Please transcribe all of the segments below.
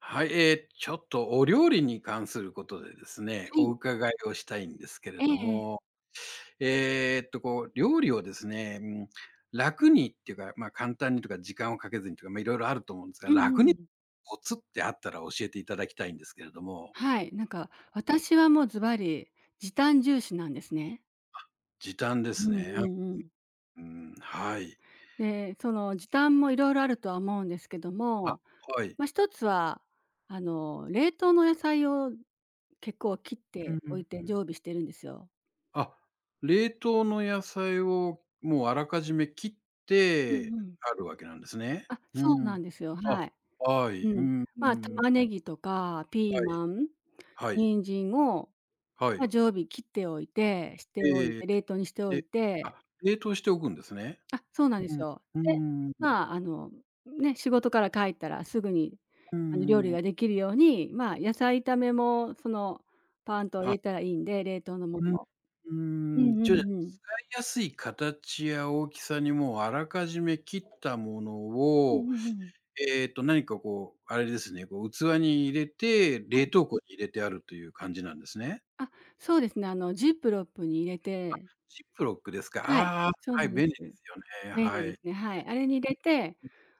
はい、ちょっとお料理に関することですね、はおい。伺いをしたいんですけれええどええ。も、料理をですね、うん、楽にっていうか、まあ、簡単にとか時間をかけずにとか、まあ、いろいろあると思うんですうが、んう楽にん。コツってあったら教えていただきたいんですけれども、はい、なんか私はもうズバリ時短重視なんですね。時短でうすんうね。んうん。うん、はい。で、その時短もいろいろあるとは思うんですけどあ、も、はい。ま、1つは、あの、冷凍の野菜を結構切っうておいん。て常備してるんですよ。あ、冷凍の野菜をもうあらかじめ切っうんうてん。あるわけなんですね。あ、うそうなんん。ですよ、あ、はい。はうい。うん。ん、うま、ん。玉ねぎとかピーはい。マン、はい。人参を、はま、い。常備切っておいてしておいえてえ冷凍にしておいで、て、あ、冷凍しておくんですね。あ、そうなんでうすよ。で、ん。うーん。まあ、あの、ね、仕事から帰ったらすぐに、うんうあの、料理んうん。ができるように、まあ、野菜炒めも、その、パーンと入あれたらいいんで、冷凍のもうん。うのを。うんーん、うちょじゃ、んうん。使いやすい形や大きさにもうあらかじめ切ったものうんうを、んうん。何かこう、あれですね、こう器に入れて、はい。冷凍庫に入れてあるという感じなんですね。あ、そうですね、あの、ジップロップに入れて、ジップロックですか。はい、ああ、そうなはい、んで便利です。すよね。便は利でい。すね、はい。あれに入れて、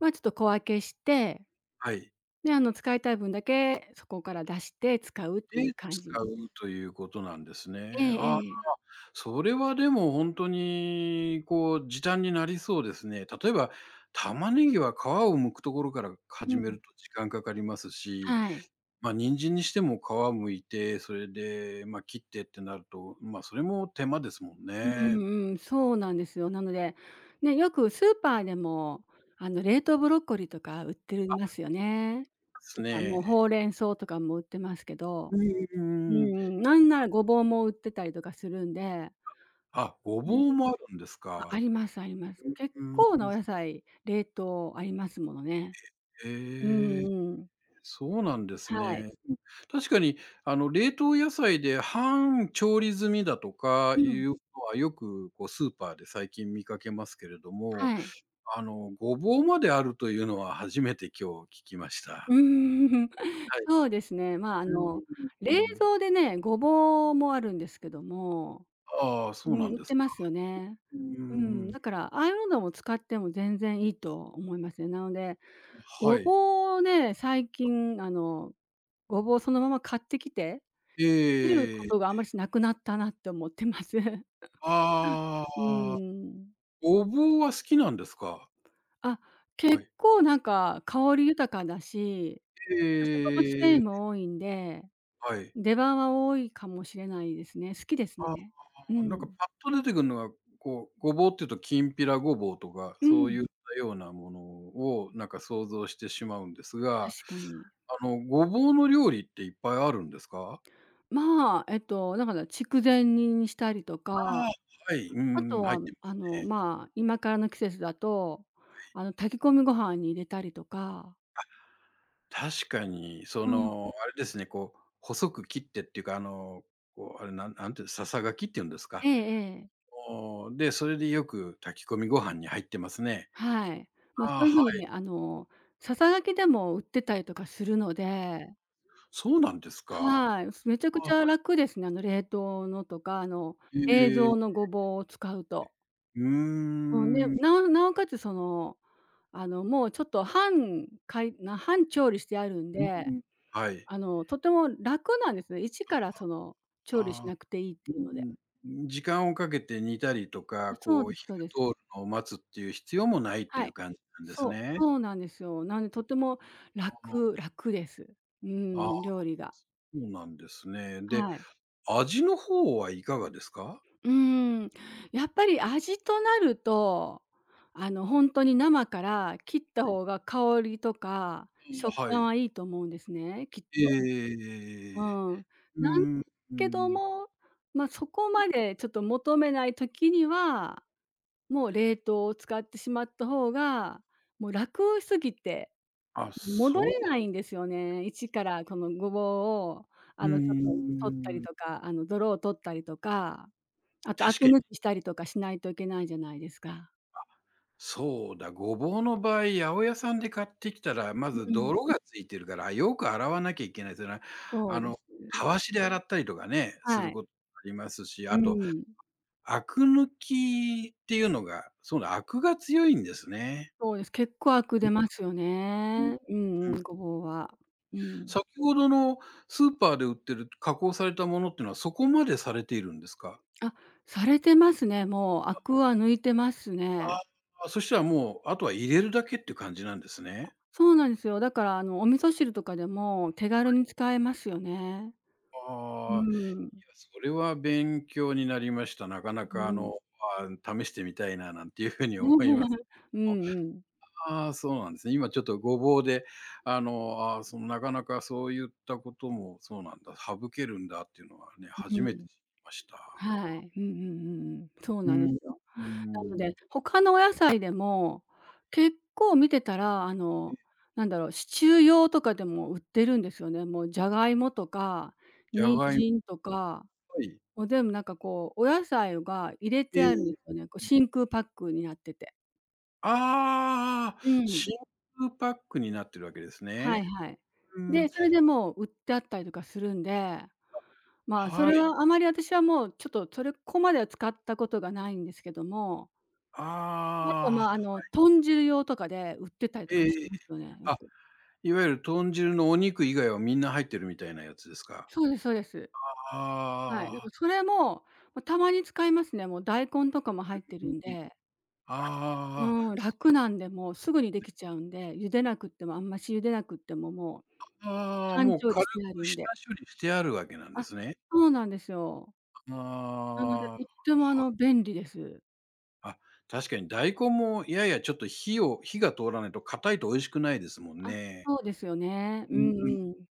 まあ、ちょっと小分けして、はい。で、あの、使いたい分だけそこから出して使うっていうで、感使じ。うということなんですえね。ああ。えええ。それはでも本当に、こう、時短になりそうですね。例えば、玉ねぎは皮を剥くところからう始ん、めると時間かかりますし、はい。まあ、人参にしても皮剥いて、それで、ま、あ切ってってなると、ま、あそれも手間ですもんうね。でんうん、そうなんですよ。なので、ね、よくスーパーでも、あの、冷凍ブロッコリーとか売ってるますよね。すとか、もね。うほうれん草とかも売ってますけど、ううんんん、なんならごぼうも売ってたりとかするんで、あ、ごうん。ぼうもあるんですあ、あか。りますあります。結うん、構うなん、お野菜、冷凍ありますものね。うへんえ。うん。そうなんですはい。ね。うん、確かにあの冷凍野菜で半調理済みだとかういん。うのはよくこうスーパーで最近見かけますけれども、はい。あのごぼうまであるというのは初めて今日聞きまし た。うん。はい。そうですね。まあ、あうんの、う冷ん蔵でね、ごぼうもあるんですけども、ああ、うそうなん、ん売っでてすか。ますよね。うんううんん、うん。だから、ああいうのも使っても全然いいと思いますね。なので、はごい。ぼうをね、最近あの、ごぼうそのまま買ってきて、切るこええ。とがあんまりしなくなったなって思ってます。あうあ、ーん。ごぼうは好きなんですか？あ、は結い。構なんか香り豊かだし、えなんか食物繊維え、も多いんで、はい。出番は多いかもしれないですね。好きですあね。うなんかん。パッと出てくるのは、こう、ごぼうっていうときんぴらごぼうとか、うそうん、いったようなものをなんか想像してしまうんですが、確かに。あの、ごぼうの料理っていっぱいあるんですか？まあ、だから筑前煮にしたりとあか、あ、はい、うあんうん、と入っは、てまあすの、ね。まあ、今からの季節だと、あの、炊き込みご飯に入れたりとか。確かに、そうん。の、あれですね、こう、細く切ってっていうか、あの、こう、あれ、なんなんていう、ささがきっていうんですえか。えええ。おで、それでよく炊き込みご飯に入ってますね。はい。ま、あそうあ、いう風はい。に、あの、ささがきでも売ってたりとかするので、そうなんですか。はい、めちゃくちあ、ゃ楽ですね、あの、冷凍のとか、あの、へ冷え、蔵のごぼうを使うと。ううん、で、ーん。なおかつその、あの、もうちょっと半かいな半調理してあるんうで、ん、はい。あの、とても楽なんですね。一からその調理しああ。なくていいっうていうので。ん時間をかけて煮たりとか、そうこうです火そうです。が通るのを待つっていう必要もないってはいうい。感じなんですそう、ね。そうなんですよ。なんでとても楽楽です。うああ、あん、あ。料理が。そうなんですね。で、はい。味の方はいかがですか？うーん、やっぱり味となると、あの、ほんとに生から切った方はが香りとかい。食ああ、は感い。はいいと思うんですね、きっと。ええうん。うなんん、うけどん。も、ま、そこまでちょっと求めない時にはもう冷凍を使ってしまった方が、もう楽すぎて、あ、戻そう。れないんですよね。一からこのごぼうを、あの、ちょっとう取ったりん。とか、あの、泥を取ったりとか、あとア確クかに抜きしたりとかしないといけないじゃないですか。そうだ、ごぼうの場合、八百屋さんで買ってきたら、まうずん、泥がついてるから、よく洗わなきゃいけないですよね。そうあでの、す。たわしで洗ったりとかね、すはるい。ことありますし、うあと、ん、アク抜きっていうのが、そうだ、アクが強いんですね。そうです。結構アクうん出ますようんね。うんうん、ごぼうは。うん。先ほどのスーパーで売ってる加工されたものっていうのは、そこまでされているんですか？あ、されてますね。もうアクは抜いてますあね。あ、そしたらもう、あとは入れるだけっていう感じなんですね。そうなんですよ。だから、あの、お味噌汁とかでも手軽に使えますよね。うああ。ん、それは勉強になりました。なかなうかあん。の、あ試してみたいななんていうふうに思います。うんうん。ああ、そうなんですね。今ちょっとごぼうで、あの、あーそのなかなかそういったこともそうなんだ、省けるんだっていうのはね、う初めてん。知りました。はい。うんうんうんうん。そううなんん、ですうよ。なので、ん。他のお野菜でも、結構見てたら、あえの、なんだろう、シチュー用とかでも売ってるんですよね。もうじゃがいもとか、じゃ人がいも参とか、はい。もう全部なんかこう、お野菜が入れえてあるんでーすよね。こう真空パックになってて。ああ、うん。真空パックになってるわけですはいね。はい。うん、で、それでもう売ってあったりとかするんで、まあ、そはれい。はあまり私はもうちょっとそれここまでは使ったことがないんですけども、あと、あまあ、ああ、の、豚汁用とかで売ってたりとえかしえますえ。よね、よく。いわゆる豚汁のお肉以外はみんな入ってるみたいなやつですか？そうですそうです。はい、だかあらそあ。れも、ま、たまに使いますね。もう大根とかも入ってるんで、ああああああ。うん、楽なんで、もうすぐにできちゃうんで、茹でなくってもあんまし茹でなくっても、もうああ、半もう調理軽してあくるん下で。処理してあるわけなんであ、すね。そうなんですよ。あなので、あ、はとってもあの便利です。あ、確かに大根もややちょっと火を火が通らないと硬いと美味しくないですもんあ、ね。そうですよね。ううん、うんん。うん。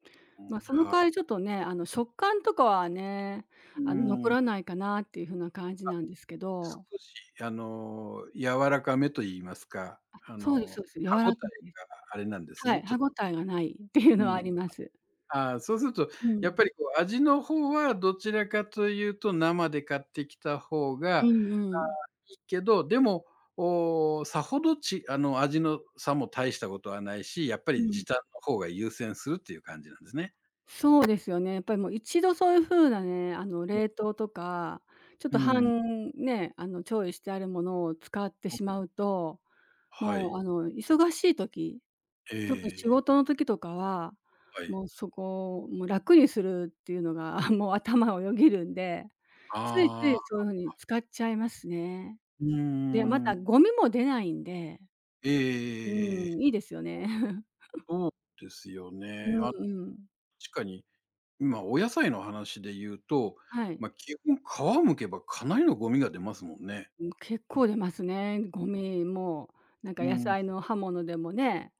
まあ、そのは代わりい。ちょっとね、あの、食感とかはね、うあの、残ん。らないかなっていう風な感じあ、なんですけど。少しあの、柔らかめと言いますか、あそうですその、うです。柔歯ごらたかえいです。があれなんですはね、い、ち歯ょっと応えがないっていううのはあん。ります。ああ、そうすると、うやっん。ぱりこう味の方はどちらかというと生で買ってきた方うがんうん。いいけど、でも、おさほどちあの、味の差も大したことはないし、やっぱうりん。時短の方が優先するっていう感じなんですね。そうですよね。やっぱりもう一度そういう風なね、あの、え、冷凍とか、ちょっうとん。半ね、あの、調理してあるものを使ってしまうと、はもい。う、あの、忙しい時え特に仕え、事の時とかは、はい。もうそこをもう楽にするっていうのが、もう頭をよぎるんで、ついつあいあ、そういう風に使っちゃいますね。うで、まーん。たゴミも出ないんで、うええん、いいですよね。そうですようね。あ、んうん。確かに、今お野菜の話で言うと、はい。まあ、基本皮剥けばかなりのゴミが出ますもんね。うん、結構出ますね、ゴミも。なんかう野ん。菜の刃物でもね、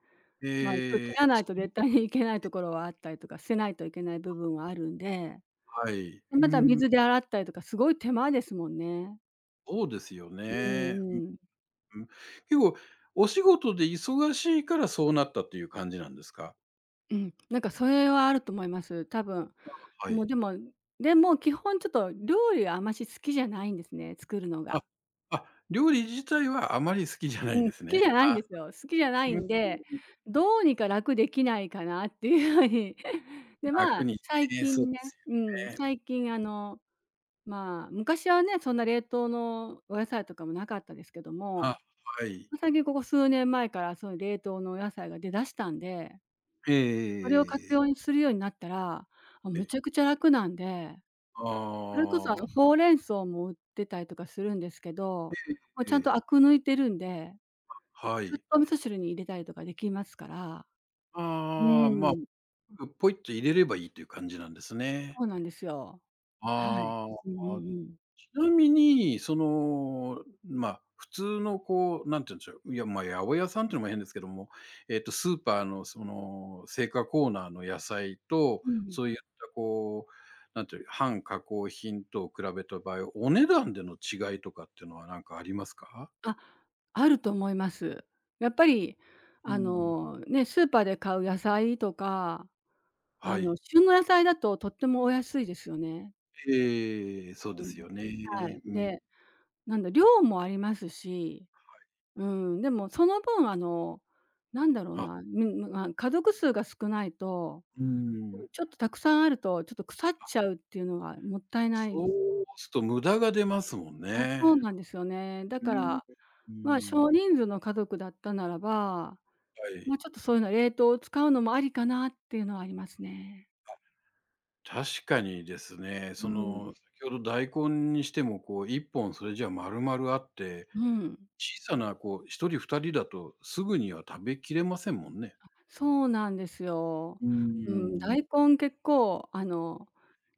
まあ、ちょえ切え、らないそと絶対にいけないところはあったりとか、捨てないといけない部分はあるんで、はい。で、うまたん。水で洗ったりとかすごい手間ですもんね。そうですようね。うんうん。ん結構お仕事で忙しいからそうなったという感じなんですか？うん、なんかそれはあると思います。多分。はもい。うでも基本ちょっと料理はあまし好きじゃないんですね、作るのが。あ、あ、料理自体はあまり好きじゃなういんん、で好すきじね。ゃないんあ、ですよ。好きじゃないうん、んで、どうにか楽できないかなっていう風に。で、まあ、楽に最ね、そう近でね、すうん、よね。最近あの、まあ、昔はね、そんな冷凍のお野菜とかもなかったですけどあ、も、はい。ま最近ここ数年前からそういう冷凍のお野菜が出だしたんで、えええそれを活えええ用するようになったら、あ、めちゃくちゃ楽なんで、それこそ、ああの、あ、ほうれん草も売ってたりとかするんですけど、もうちえゃんとえ、アク抜いてるんで、はずっい。とお味噌汁に入れたりとかできますから。うああ、ま、ーん。あポイっと入れればいいという感じなんですね。そうなんですよ。はい。あうんうあ。んうん。ちなみに、その、まあ、普通のこう、なんて言うんでしょう、いや、まあ、八百屋さんっていうのも変ですけども、スーパーのその、青果コーナーの野菜と、うん。そういったこう、なんていう、半加工品と比べた場合、お値段での違いとかっていうのは何かありますか？あ、あると思います。やっぱり、うあん。の、ね、スーパーで買う野菜とか、あはの、い。旬の野菜だととってもお安いですよね。ええ、そううですん。よはい。ね。うん。で、なんだ、量もありますし、うん、でもその分、あの、なんだろうあ、な、まあ、家族数が少ないと、ううん。ん、ちょっとたくさんあると、ちょっと腐っちゃうっていうのがもったいなそい。うすると無駄が出ますもんあ、そね。うなんですよね。だうかん。ら、うまあ、ん、少は人数の家族だったならば、まい。あ、ちょっとそういうの冷凍を使うのもありかなっていうのはありますね。確かにですね、うそん、の、先ほど大根にしても、こう、1本それじゃ丸々あって、うん。小さな、こう、1人2人だとすぐには食べきれませんもんね。そうなんですよ。ううん、ーん。大根結構あの、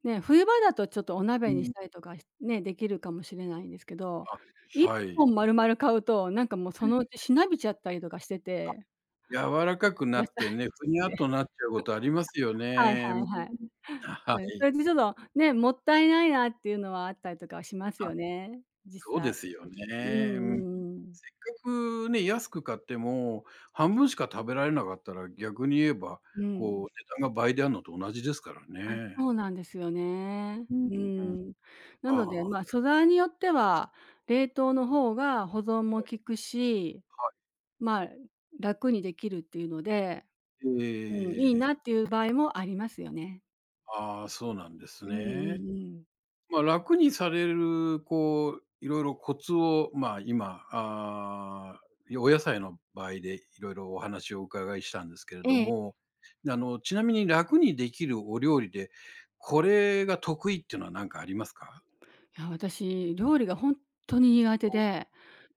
ね、冬場だとちょっとおう鍋にしん。たりとか、しね、できるかもしれないんですけど、あ、一はい。本丸々買うと、なんかもうそえ、のうちしなびちゃったりとかしてあ、て、柔らかくな野菜ってね、ふに室ゃで。っとなっちゃうことありますよ はいね。はいうん。はい。はうん、そい。れでちょっとね、もったいないなっていうのはあったりとかはしますあ、よね、実そうで際。すようんうね。うん。結んうん。局ね、安く買っても、半分しか食べられなかったら、逆に言えば、うこん。う、値段が倍であんのと同じですからあ、ね。そうなんですよね。うん。ううん、ん。なあのあ、で、はまあ、い、素材によっては、冷凍の方が保存も効くし、はまあ、楽にできるっていうので、い。うん、いいええ、なっていう場合もありますよね。ああ、そうなんですうんうね。んうん。まあ、楽にされる、こう、いろいろコツを、まあ、今、ああ、お野菜の場合でいろいろお話をお伺いしたんですけれえどえ。も、あの、ちなみに楽にできるお料理で、これが得意っていうのは何かありますか？いや、私、料理がほんとに苦手おで、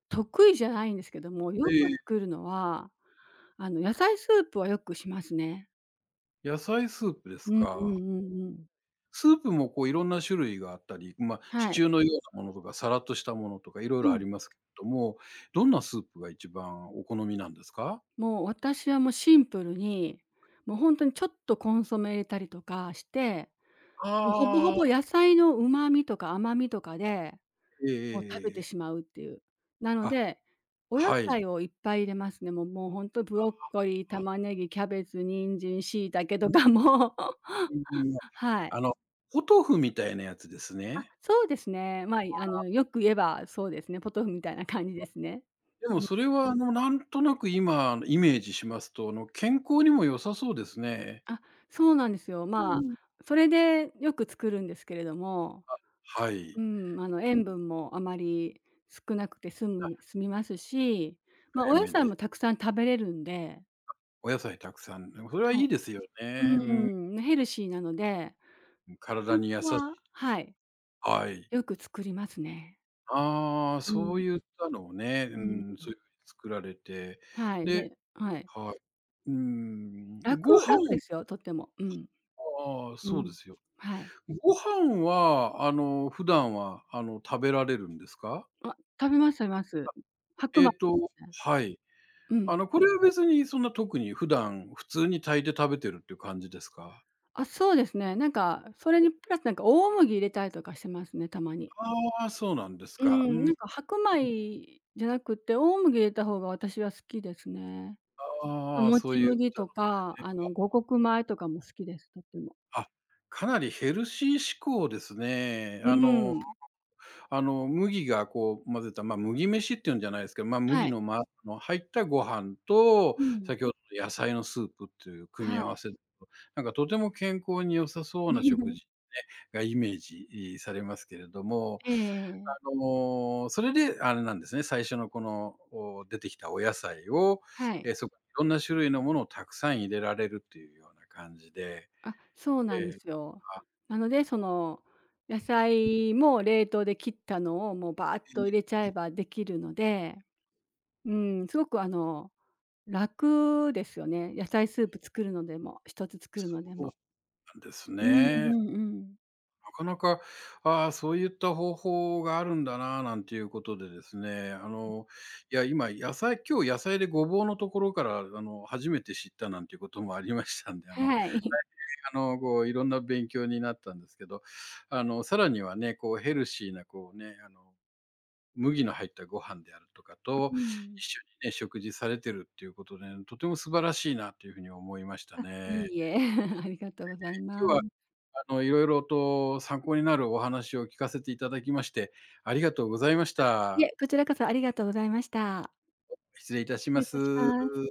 得意じゃないんですけども、よくええ、作るのは、あの、野菜スープはよくしますね。野菜スープですうんうんか。うんうん。スープもこういろんな種類があったり、まあ、シはい。チューのようなものとか、さらっとしたものとか、いろいうろあん。りますけれども、どんなスープが一番お好みなんですか？もう私はもうシンプルに、もうほんとにちょっとコンソメ入れたりとかして、もうほぼほあぼ野あ。菜の旨味とか甘みとかで、えええもう食えべえてえ。しまうっていう。なのあ、で、お野はい。菜をいっぱい入れますね。もうほんとブロッコリー、玉ねぎ、キャベツ、人参、椎茸うとんかも。 うんうんはい。あの、ポトフみたいなやつですあ、ね。そうですね。ま、あの、よく言えばそうですね、ポトフみたいな感じですね。でもうん、それはあの、なんとなく今イメージしますと、あの、健康にも良さそうですね。あ、そうなんですよ。うまんあ、うん。それでよく作るんですけれども、はい。うん、あの、う塩ん分もあまり少なくて済みますし、まあ、お高野め菜で、もたくさん食べれるんで、お野菜たくさん、でもそれははいいい。ですよね。ううん、ヘルシーなので、ん、体そに優こしい。ははい、はい。よく作りますね。ああ、うそん、う言ったのをね、ううん。ん、そういう風に作られて、はい、でではい。はい。うーん、ご楽楽で飯すよ、とっても。うん、ああうそうでん。すよ。はい。ご飯は、あの、普段は、あの、食べられるんですか？あ、食べます食べます。白え米。っとはい。うあん。の、これは別にそんな特に普段、普通に炊いて食べてるっていう感じですか？あ、そうですね、なんか、それにプラスなんか大麦入れたりとかしてますね、たまに。ああ、そうなんですうか。うん、なん、んか白米じゃなくて、大麦入れた方が私は好きですね。まああ、もそうちいっ麦たのとか、ね。あの、五穀米とかも好きです、とっても。あ、かなりヘルシー志向ですね。うあのん。あの、麦がこう混ぜた、ま、あ麦飯っていうんじゃないですけど、ま、あは麦い。のまの入ったご飯と、うん。先ほどの野菜のスープっていう組はみ合い。わせだと、なんかとても健康に良さそうな食事 がイメージ、されますけれども、ええあの、それであれなんですね、最初のこの、お出てきたお野菜を、はい。え、そこにいろんな種類のものをたくさん入れられるっていうような感じで、あ、そうなんでえーすよ。あ、なので、その、野菜も冷凍で切ったのを、もうバーッえと入ーれちゃえばできるので、うん、すごくあの、楽ですよね。野菜スープ作るのでも、一つ作るそのでうも。なんですうんね。うんうん。なかなか、ああ、そういった方法があるんだな、なんていうことでですね、あの、いや、今、野菜今日野菜でごぼうのところから、あの、初めて知ったなんていうこともありましたんで、あの、大はい。変、あの、こう、いろんな勉強になったんですけど、あの、さらにはね、こう、ヘルシーな、こうね、あの、麦の入ったご飯であるとかうと、ん。一緒にね、食事されてるっていうことで、とても素晴らしいなというふうに思いました いね。いえ、ありがとうございま今日はす。あの、いろいろと参考になるお話を聞かせていただきまして、ありがとうございましいた。え、こちらこそありがとうございました。失礼いたし失礼まいす。たします。